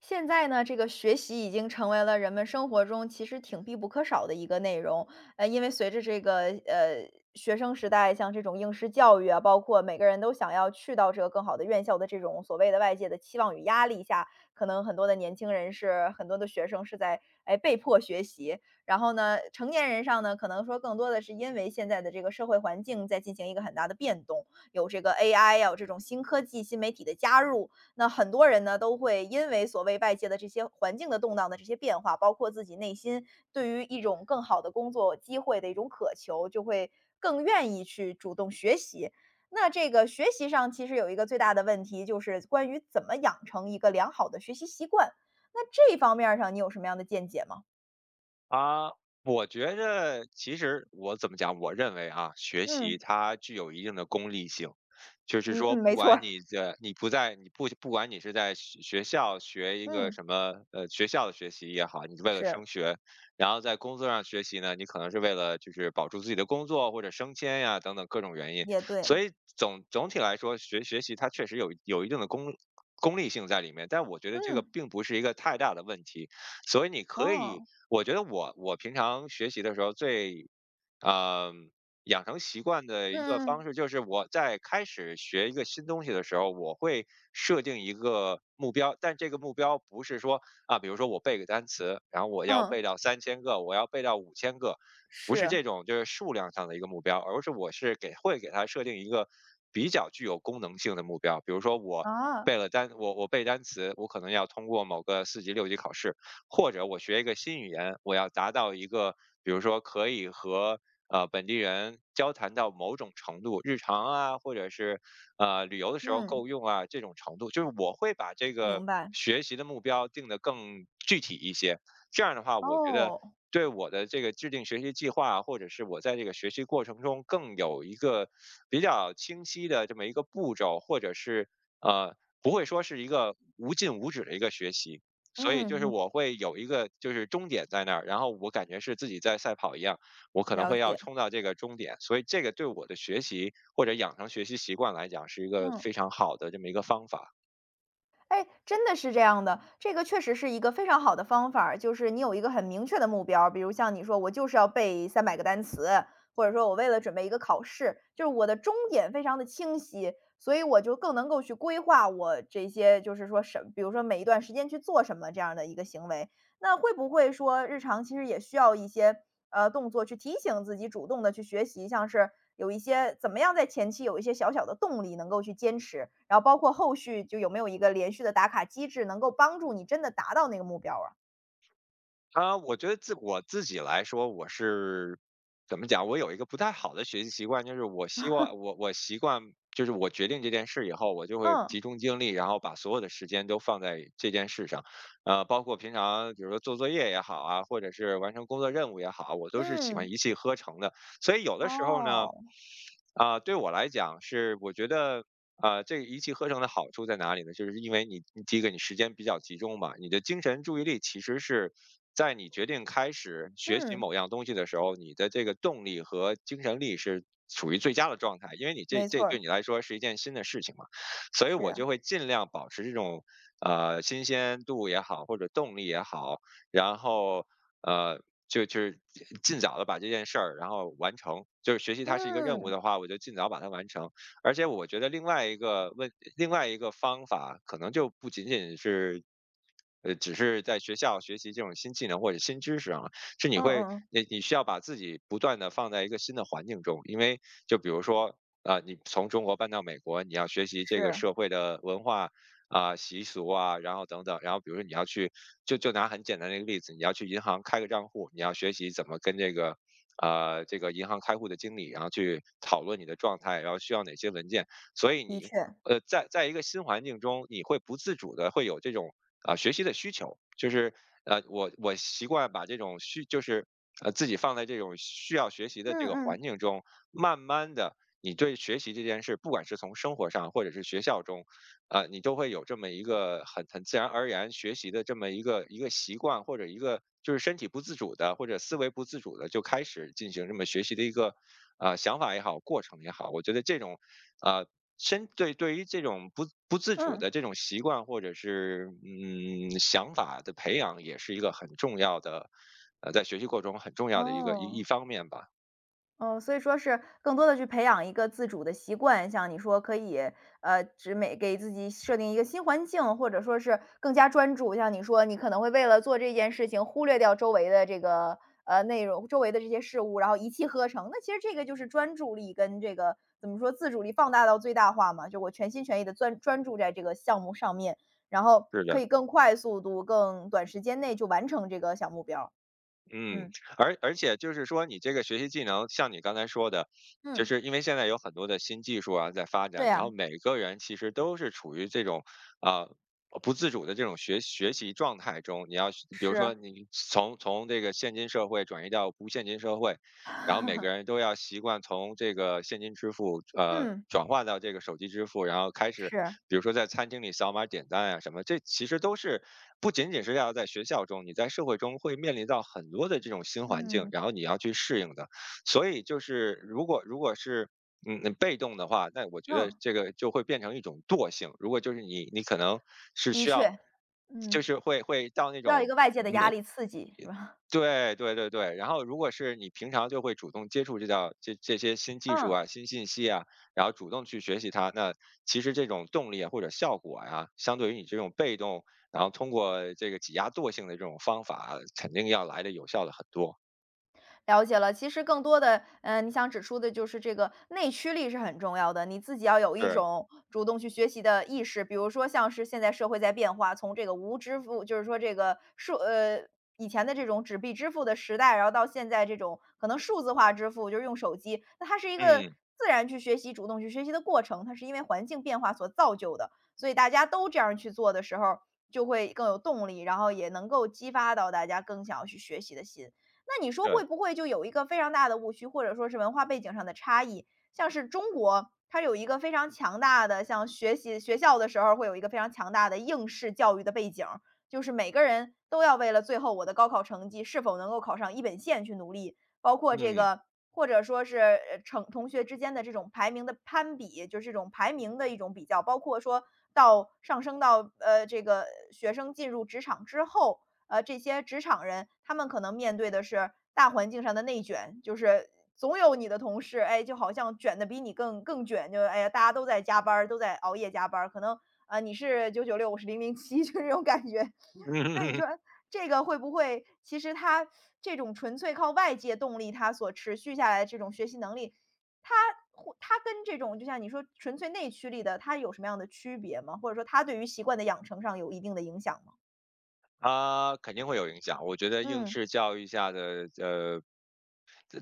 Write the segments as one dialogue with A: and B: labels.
A: 现在呢，这个学习已经成为了人们生活中其实挺必不可少的一个内容。因为随着这个呃学生时代，像这种应试教育啊，包括每个人都想要去到这个更好的院校的这种所谓的外界的期望与压力下，可能很多的学生是在被迫学习。然后呢，成年人上呢，可能说更多的是因为现在的这个社会环境在进行一个很大的变动，有这个 AI 啊，有这种新科技、新媒体的加入，那很多人呢，都会因为所谓外界的这些环境的动荡的这些变化，包括自己内心对于一种更好的工作机会的一种渴求，就会更愿意去主动学习。那这个学习上其实有一个最大的问题，就是关于怎么养成一个良好的学习习惯。那这方面儿上你有什么样的见解吗？
B: 啊，我觉着其实我怎么讲？我认为啊，学习
A: 嗯，
B: 它具有一定的功利性。就是
A: 嗯
B: 说，
A: 嗯，
B: 不
A: 没错
B: 管
A: 儿，
B: 你这你不在你不不管你是在学校学一个
A: 嗯，
B: 什么学校的学习也好，你是为了
A: 是，
B: 升学。然后在工作上学习呢，你可能是为了就是保住自己的工作或者升迁呀等等各种原因。
A: 也对，
B: 所以总体来说，学习它确实有一定的功利性在里面，但我觉得这个
A: 嗯，
B: 并不是一个太大的问题。所以你可以
A: 哦，
B: 我觉得我平常学习的时候嗯，养成习惯的一个方
A: 嗯
B: 式，就是我在开始学一个新东西的时候，我会设定一个目标。但这个目标不是说比如说我背个单词，然后我要
A: 嗯
B: 背
A: 嗯，
B: 到3000个，我要背到5000个，不是
A: 是
B: 这种就是数量上的一个目标，而是我会给它设定一个比较具有功能性的目标。比如说
A: 啊，
B: 我背单词，我可能要通过某个四级六级考试，或者我学一个新语言，我要达到一个，比如说可以和本地人交谈到某种程度，日常啊，或者是旅游的时候
A: 嗯，
B: 够用啊这种程度。就是我会把这个
A: 明白，
B: 学习的目标定得更具体一些。这样的话，我觉得
A: 哦。
B: 对我的这个制定学习计划，或者是我在这个学习过程中更有一个比较清晰的这么一个步骤，或者是呃不会说是一个无尽无止的一个学习。所以就是
A: 嗯，
B: 我会有一个就是终点在那儿，然后我感觉是自己在赛跑一样。我可能
A: 了
B: 会要
A: 解，
B: 冲到这个终点。所以这个对我的学习或者养成学习习惯来讲是一个
A: 嗯，
B: 非常好的这么一个方法。
A: 哎，真的是这样的，这个确实是一个非常好的方法儿就是你有一个很明确的目标儿比如像你说我就是要背300个单词，或者说我为了准备一个考试，就是我的终点非常的清晰，所以我就更能够去规划我这些，就是说比如说每一段时间去做什么这样的一个行为。那会不会说日常其实也需要一些，动作去提醒自己主动的去学习，像是有一些怎么样在前期有一些小小的动力能够去坚持，然后包括后续就有没有一个连续的打卡机制，能够帮助你真的达到那个目标啊？
B: 我觉得自己来说，我是怎么讲？我有一个不太好的学习习惯，就是我希望我习惯，就是我决定这件事以后，我就会
A: 嗯，
B: 集中精力，然后把所有的时间都放在这件事上。包括平常比如说做作业也好啊，或者是完成工作任务也好啊，我都是喜欢
A: 嗯，
B: 一气呵成的。所以有的时候呢，
A: 哦，
B: 对我来讲是，我觉得，这个一气呵成的好处在哪里呢？就是因为你第一个你时间比较集中嘛，你的精神注意力其实是在你决定开始学习
A: 嗯，
B: 某样东西的时候，你的这个动力和精神力是处于最佳的状态，因为你这
A: 没
B: 这
A: 错
B: 对
A: 儿，
B: 你来说是一件新的事情嘛。所以
A: 是
B: 我就
A: 呀，
B: 会尽量保持这种新鲜度也好，或者动力也好。然后呃，就是尽早的把这件事儿然后完成。就是学习它是一个任务
A: 嗯，
B: 的话，我就尽早把它完成。而且我觉得另外一个方法可能就不仅仅是只是在学校学习这种新技能或者新知识啊。
A: 嗯嗯，
B: 你需要把自己不断的放在一个新的环境中。因为就比如说，你从中国搬到美国，你要学习这个
A: 是，
B: 社会的文化、习俗啊，然后等等。然后比如说你要去，就拿很简单的一个例子，你要去银行开个账户，你要学习怎么跟这个，这个银行开户的经理，然后去讨论你的状态，然后需要哪些文件。所以
A: 的
B: 你
A: 确，
B: 在一个新环境中，你会不自主的会有这种学习的需求。就是我习惯把这种就是自己放在这种需要学习的这
A: 嗯
B: 个环
A: 嗯，
B: 境中。慢慢的，你对学习这件事，不管是从生活上或者是学校中，你都会有这么一个很自然而然学习的这么一个习惯，或者一个就是身体不自主的，或者思维不自主的就开始进行这么学习的一个想法也好，过程也好。我觉得这种啊对于这种不自主
A: 嗯，
B: 的这种习惯或者是想法的培养，也是一个很重要的在学习过程中很重要的一个一
A: 哦。
B: 方面吧。
A: 哦，所以说是更多的去培养一个自主的习惯，像你说可以，只每给自己设定一个新环境，或者说是更加专注。像你说你可能会为了做这件事情，忽略掉周围的这个，内容周围的这些事物，然后一气呵成。那其实这个就是专注力跟这个怎么说，自主力放大到最大化嘛，就我全心全意的专注在这个项目上面，然后
B: 是的。
A: 可以更快速度、更短时间内就完成这个小目标儿
B: 嗯，
A: 嗯，
B: 而且就是说，你这个学习技能，像你刚才说的，就
A: 嗯，
B: 是因为现在有很多的新技术啊在发展，
A: 对
B: 然
A: 呀，
B: 后每个人其实都是处于这种啊、不自主的这种学习状态中。你要是比如说
A: 是。
B: 你从这个现今社会转移到不现今社会，然后每个 人都要习惯从这个现金支付，
A: 嗯，
B: 转化到这个手机支付，然后开始，
A: 是，
B: 比如说在餐厅里扫码点单啊什么，这其实都是不仅仅是要在学校中，你在社会中会面临到很多的这种新环境，
A: 嗯，
B: 然后你要去适应的。所以就是如果是被动的话，那我觉得
A: 嗯，
B: 这个就会变成一种惰性。如果就是你可能是
A: 的
B: 需要，
A: 确，
B: 就
A: 嗯，
B: 是会到那
A: 不要一
B: 种
A: 个外界的压力刺激，是吧？
B: 对对对对，然后如果是你平常就会主动接触这叫这这些新 技术啊、
A: 嗯。
B: 新信息啊，然后主动去学习它，那其实这种动力啊或者效果呀，相对于你这种被动，然后通过这个挤压惰性的这种方法，肯定要来的有效的很多。
A: 了解了，其实更多的，嗯，你想指出的就是这个内驱力是很重要的，你自己要有一
B: 是。
A: 种主动去学习的意识。比如说，像是现在社会在变化，从这个无支付，就是说这个数，以前的这种纸币支付的时代，然后到现在这种可能数字化支付，就是用手机，那它是一个
B: 嗯。
A: 自然去学习、主动去学习的过程，它是因为环境变化所造就的。所以大家都这样去做的时候，就会更有动力，然后也能够激发到大家更想要去学习的心。那你说
B: 对。
A: 会不会就有一个非常大的误区，或者说是文化背景上的差异？像是中国，它有一个非常强大的，像学习学校的时候会有一个非常强大的应试教育的背景，就是每个人都要为了最后我的高考成绩是否能够考上一本线去努力，包括这
B: 嗯
A: 个或者说是成同学之间的这种排名的攀比，就是这种排名的一种比较，包括说到上升到这个学生进入职场之后。这些职场人，他们可能面对的是大环境上的内卷，就是总有你的同事，哎，就好像卷的比你更卷，就哎呀，大家都在加班儿，都在熬夜加班儿，可能你是996，我是007，就这种感觉。
B: 嗯
A: 那
B: 嗯
A: 你
B: 嗯。
A: 说 这个会不会，其实这种纯粹靠外界动力，他所持续下来的这种学习能力，他他跟这种就像你说纯粹内驱力的，他有什么样的区别吗？或者说他对于习惯的养成上有一定的影响吗？
B: 肯定会有影响。我觉得应
A: 嗯，
B: 试教育下的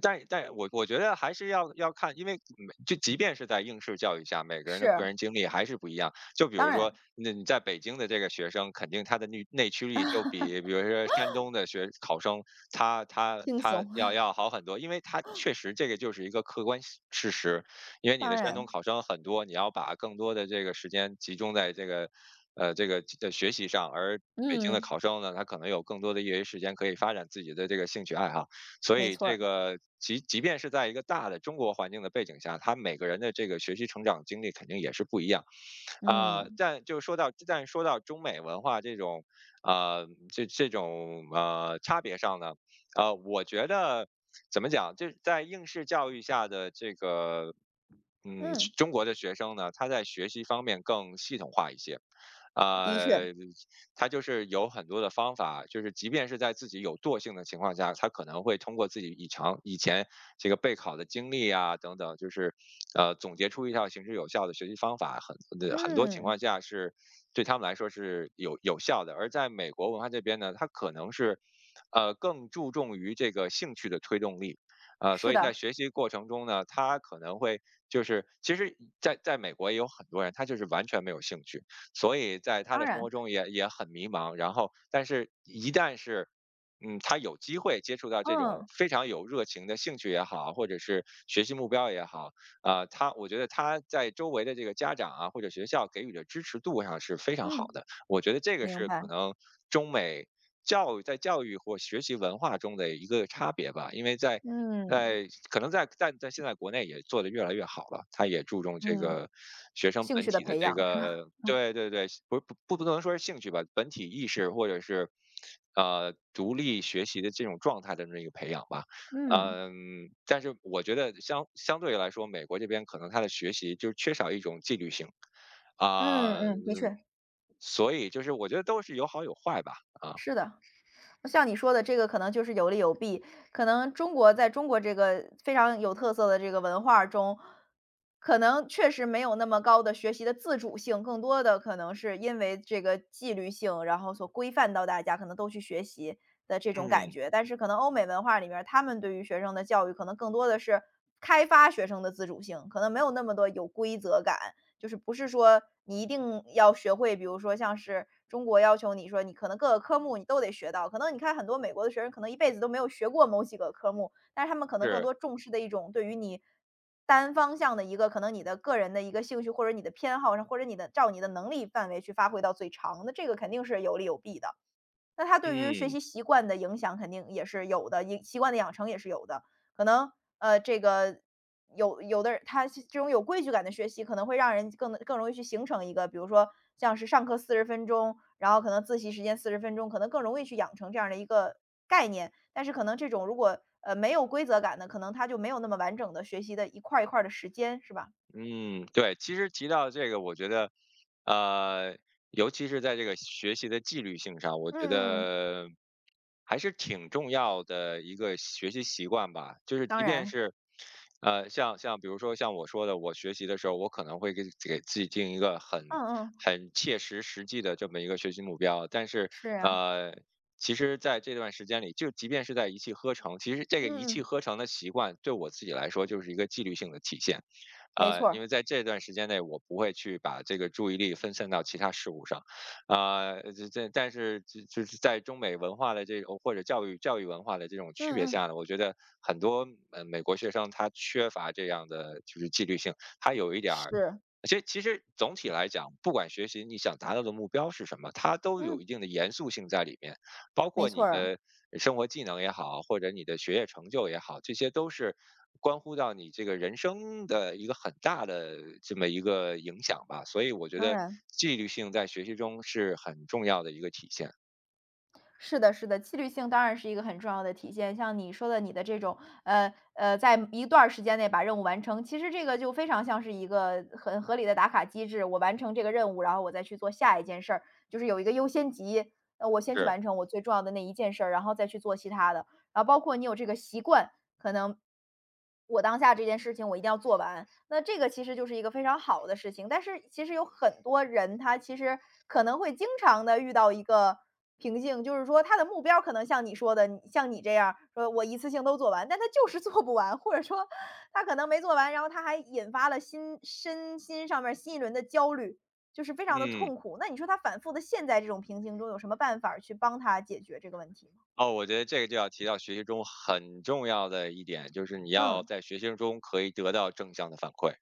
B: 但我觉得还是要看。因为即便是在应试教育下，每个人的个
A: 是。
B: 人经历还是不一样。就比如
A: 当
B: 说，
A: 然。
B: 那你在北京的这个学生，肯定他的内驱力就比，比如说山东的考生，他他
A: 轻
B: 他
A: 松，
B: 要 要好很多，因为他确实这个就是一个客观事实。因为你的
A: 当
B: 山东
A: 然，
B: 考生很多，你要把更多的这个时间集中在这个，这个的学习上，而北京的
A: 嗯，
B: 考生呢，他可能有更多的业余时间可以发展自己的这个兴趣爱好。所
A: 没
B: 以
A: 错儿，
B: 这个即便是在一个大的中国环境的背景下，他每个人的这个学习成长经历肯定也是不一样。
A: 嗯，
B: 但说到中美文化这种，呃，这种差别上呢，我觉得怎么讲，就是在应试教育下的这个，嗯，
A: 嗯，
B: 中国的学生呢，他在学习方面更系统化一些。
A: 的确，
B: 呃，他就是有很多的方法，就是即便是在自己有惰性的情况下，他可能会通过自己以前这个备考的经历啊等等，就是总结出一套行之有效的学习方法。很多情况
A: 嗯，
B: 下是对他们来说是有效的。而在美国文化这边呢，他可能是更注重于这个兴趣的推动力。所
A: 是
B: 以在
A: 的，
B: 学习过程中呢，他可能会就是，其实在美国也有很多人，他就是完全没有兴趣，所以在他
A: 当
B: 的生活
A: 然，
B: 中也很迷茫。然后，但是一旦是他有机会接触到这种
A: 嗯，
B: 非常有热情的兴趣也好，或者是学习目标也好，我觉得他在周围的这个家长啊或者学校给予的支持度上是非常好
A: 嗯，
B: 的。我觉得这个
A: 明
B: 是可
A: 白，
B: 能中美教育在教育或学习文化中的一个差别吧，因为在。
A: 嗯，
B: 在可能在现在国内也做得越来越好了，他也注重这
A: 嗯，
B: 个学生
A: 兴
B: 本
A: 趣的
B: 体的
A: 培
B: 这
A: 养是吧？
B: 个对对对，不能说是兴趣吧，本体意识或者是独立学习的这种状态的这么一个培养吧。
A: 嗯，
B: 嗯，但是我觉得相对来说，美国这边可能他的学习就缺少一种纪律性
A: 嗯
B: 啊，
A: 嗯，的确，
B: 所以就是我觉得都是有好有坏吧，啊，
A: 是的。像你说的这个可能就是有利有弊，可能中国在中国这个非常有特色的这个文化中，可能确实没有那么高的学习的自主性，更多的可能是因为这个纪律性，然后所规范到大家可能都去学习的这种感
B: 嗯，
A: 觉。但是可能欧美文化里面儿他们对于学生的教育可能更多的是开发学生的自主性，可能没有那么多有规则感。就是不是说你一定要学会，比如说像是中国要求你说你可能各个科目你都得学到，可能你看很多美国的学生可能一辈子都没有学过某几个科目，但是他们可能更
B: 是，
A: 多重视的一种对于你单方向的一个可能你的个人的一个兴趣或者你的偏好上，或者照你的能力范围去发挥到最长，那这个肯定是有利有弊的。那它对于学
B: 嗯。
A: 习习惯的影响肯定也是有的，习惯的养成也是有的。可能，这个有的人他这种有规矩感的学习，可能会让人更容易去形成一个，比如说像是上课四十分钟，然后可能自习时间四十分钟，可能更容易去养成这样的一个概念。但是可能这种如果没有规则感的，可能他就没有那么完整的学习的一块儿的时间，是吧？
B: 嗯，对，其实提到这个，我觉得，呃，尤其是在这个学习的纪律性上，我觉
A: 嗯嗯，
B: 得还是挺重要的一个学习习惯吧。就是
A: 当
B: 即便
A: 然，
B: 是，像比如说像我说的，我学习的时候，我可能会给自己定一个很
A: 嗯嗯，
B: 很切实实际的这么一个学习目标，但是
A: 是啊，
B: 呃，其实在这段时间里，就即便是在一气呵成，其实这个一
A: 嗯
B: 气
A: 嗯，
B: 呵成的习惯对我自己来说就是一个纪律性的体现。
A: 没
B: 呃，
A: 错
B: 因
A: 儿，
B: 为在这段时间内，我不会去把这个注意力分散到其他事物上，啊、这这但是就是在中美文化的这种或者教育文化的这种区
A: 嗯
B: 别
A: 嗯，
B: 下呢，我觉得很多美国学生他缺乏这样的就是纪律性，他有一点儿。
A: 是，
B: 其实，其实总体来讲，不管学习你想达到的目标是什么，它都有
A: 嗯。
B: 一定的严肃性在里面。包
A: 没
B: 括你
A: 错儿，
B: 的生活技能也好，或者你的学业成就也好，这些都是关乎到你这个人生的一个很大的这么一个影响吧。所以我觉
A: 当
B: 得
A: 然。
B: 纪律性在学习中是很重要的一个体现。
A: 是的，是的，纪律性当然是一个很重要的体现。像你说的，你的这种，在一段儿时间内把任务完成，其实这个就非常像是一个很合理的打卡机制。我完成这个任务，然后我再去做下一件事儿，就是有一个优先级，我先去
B: 是，
A: 完成我最重要的那一件事儿，然后再去做其他的。然后包括你有这个习惯，可能我当下这件事情我一定要做完，那这个其实就是一个非常好的事情。但是其实有很多人他其实可能会经常的遇到一个。平静，就是说他的目标可能像你说的，你像你这样说我一次性都做完，但他就是做不完，或者说他可能没做完，然后他还引发了身心上面新一轮的焦虑，就是非常的
B: 嗯。
A: 痛苦。那你说他反复的陷在这种瓶颈中，有什么办法儿去帮他解决这个问题吗？
B: 哦，我觉得这个就要提到学习中很重要的一点，就是你要
A: 嗯，
B: 在学习中可以得到正向的反馈，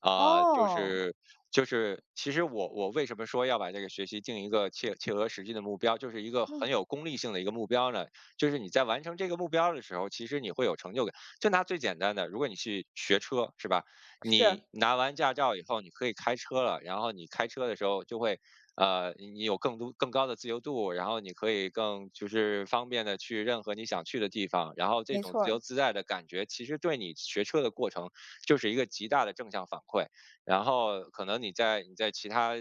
B: 啊、就
A: 哦，
B: 是其实我为什么说要把这个学习定一个切合实际的目标，就是一个很
A: 嗯，
B: 有功利性的一个目标呢？就是你在完成这个目标的时候，其实你会有成就感。就拿最简单的，如果你去学车，是吧？你
A: 是，
B: 拿完驾照以后，你可以开车了，然后你开车的时候就会你有更多更高的自由度，然后你可以更就是方便的去任何你想去的地方，然后这
A: 没
B: 种
A: 错
B: 自由
A: 儿，
B: 自在的感觉，其实对你学车的过程就是一个极大的正向反馈。然后可能你在其他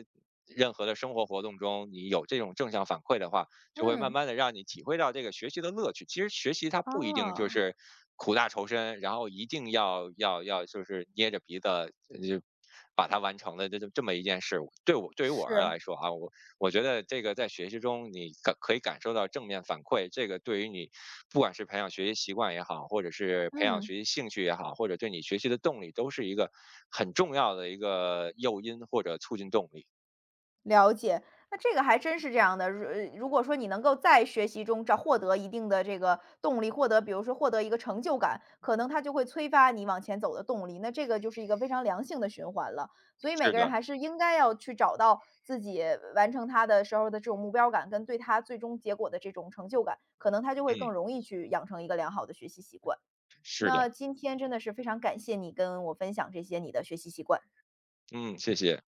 B: 任何的生活活动中，你有这种正向反馈的话，就会慢
A: 嗯。
B: 慢的让你体会到这个学习的乐趣。其实学习它不一定就
A: 啊，
B: 是苦大仇深，然后一定要就是捏着鼻子把它完成了这么一件事。对于我而
A: 是，
B: 来说啊，我觉得这个在学习中你可以感受到正面反馈，这个对于你不管是培养学习习惯也好，或者是培养
A: 嗯。
B: 学习兴趣也好，或者对你学习的动力，都是一个很重要的一个诱因或者促进动力。
A: 了解，那这个还真是这样的。如果说你能够在学习中获得一定的这个动力，获得比如说获得一个成就感，可能它就会催发你往前走的动力。那这个就是一个非常良性的循环了。所以每
B: 是
A: 个人
B: 的，
A: 还是应该要去找到自己完成它的时候的这种目标感，跟对它最终结果的这种成就感，可能他就会
B: 嗯，
A: 更容易去养成一个良好的学习习惯。
B: 是的，
A: 那今天真的是非常感谢你跟我分享这些你的学习习惯。
B: 嗯，谢谢。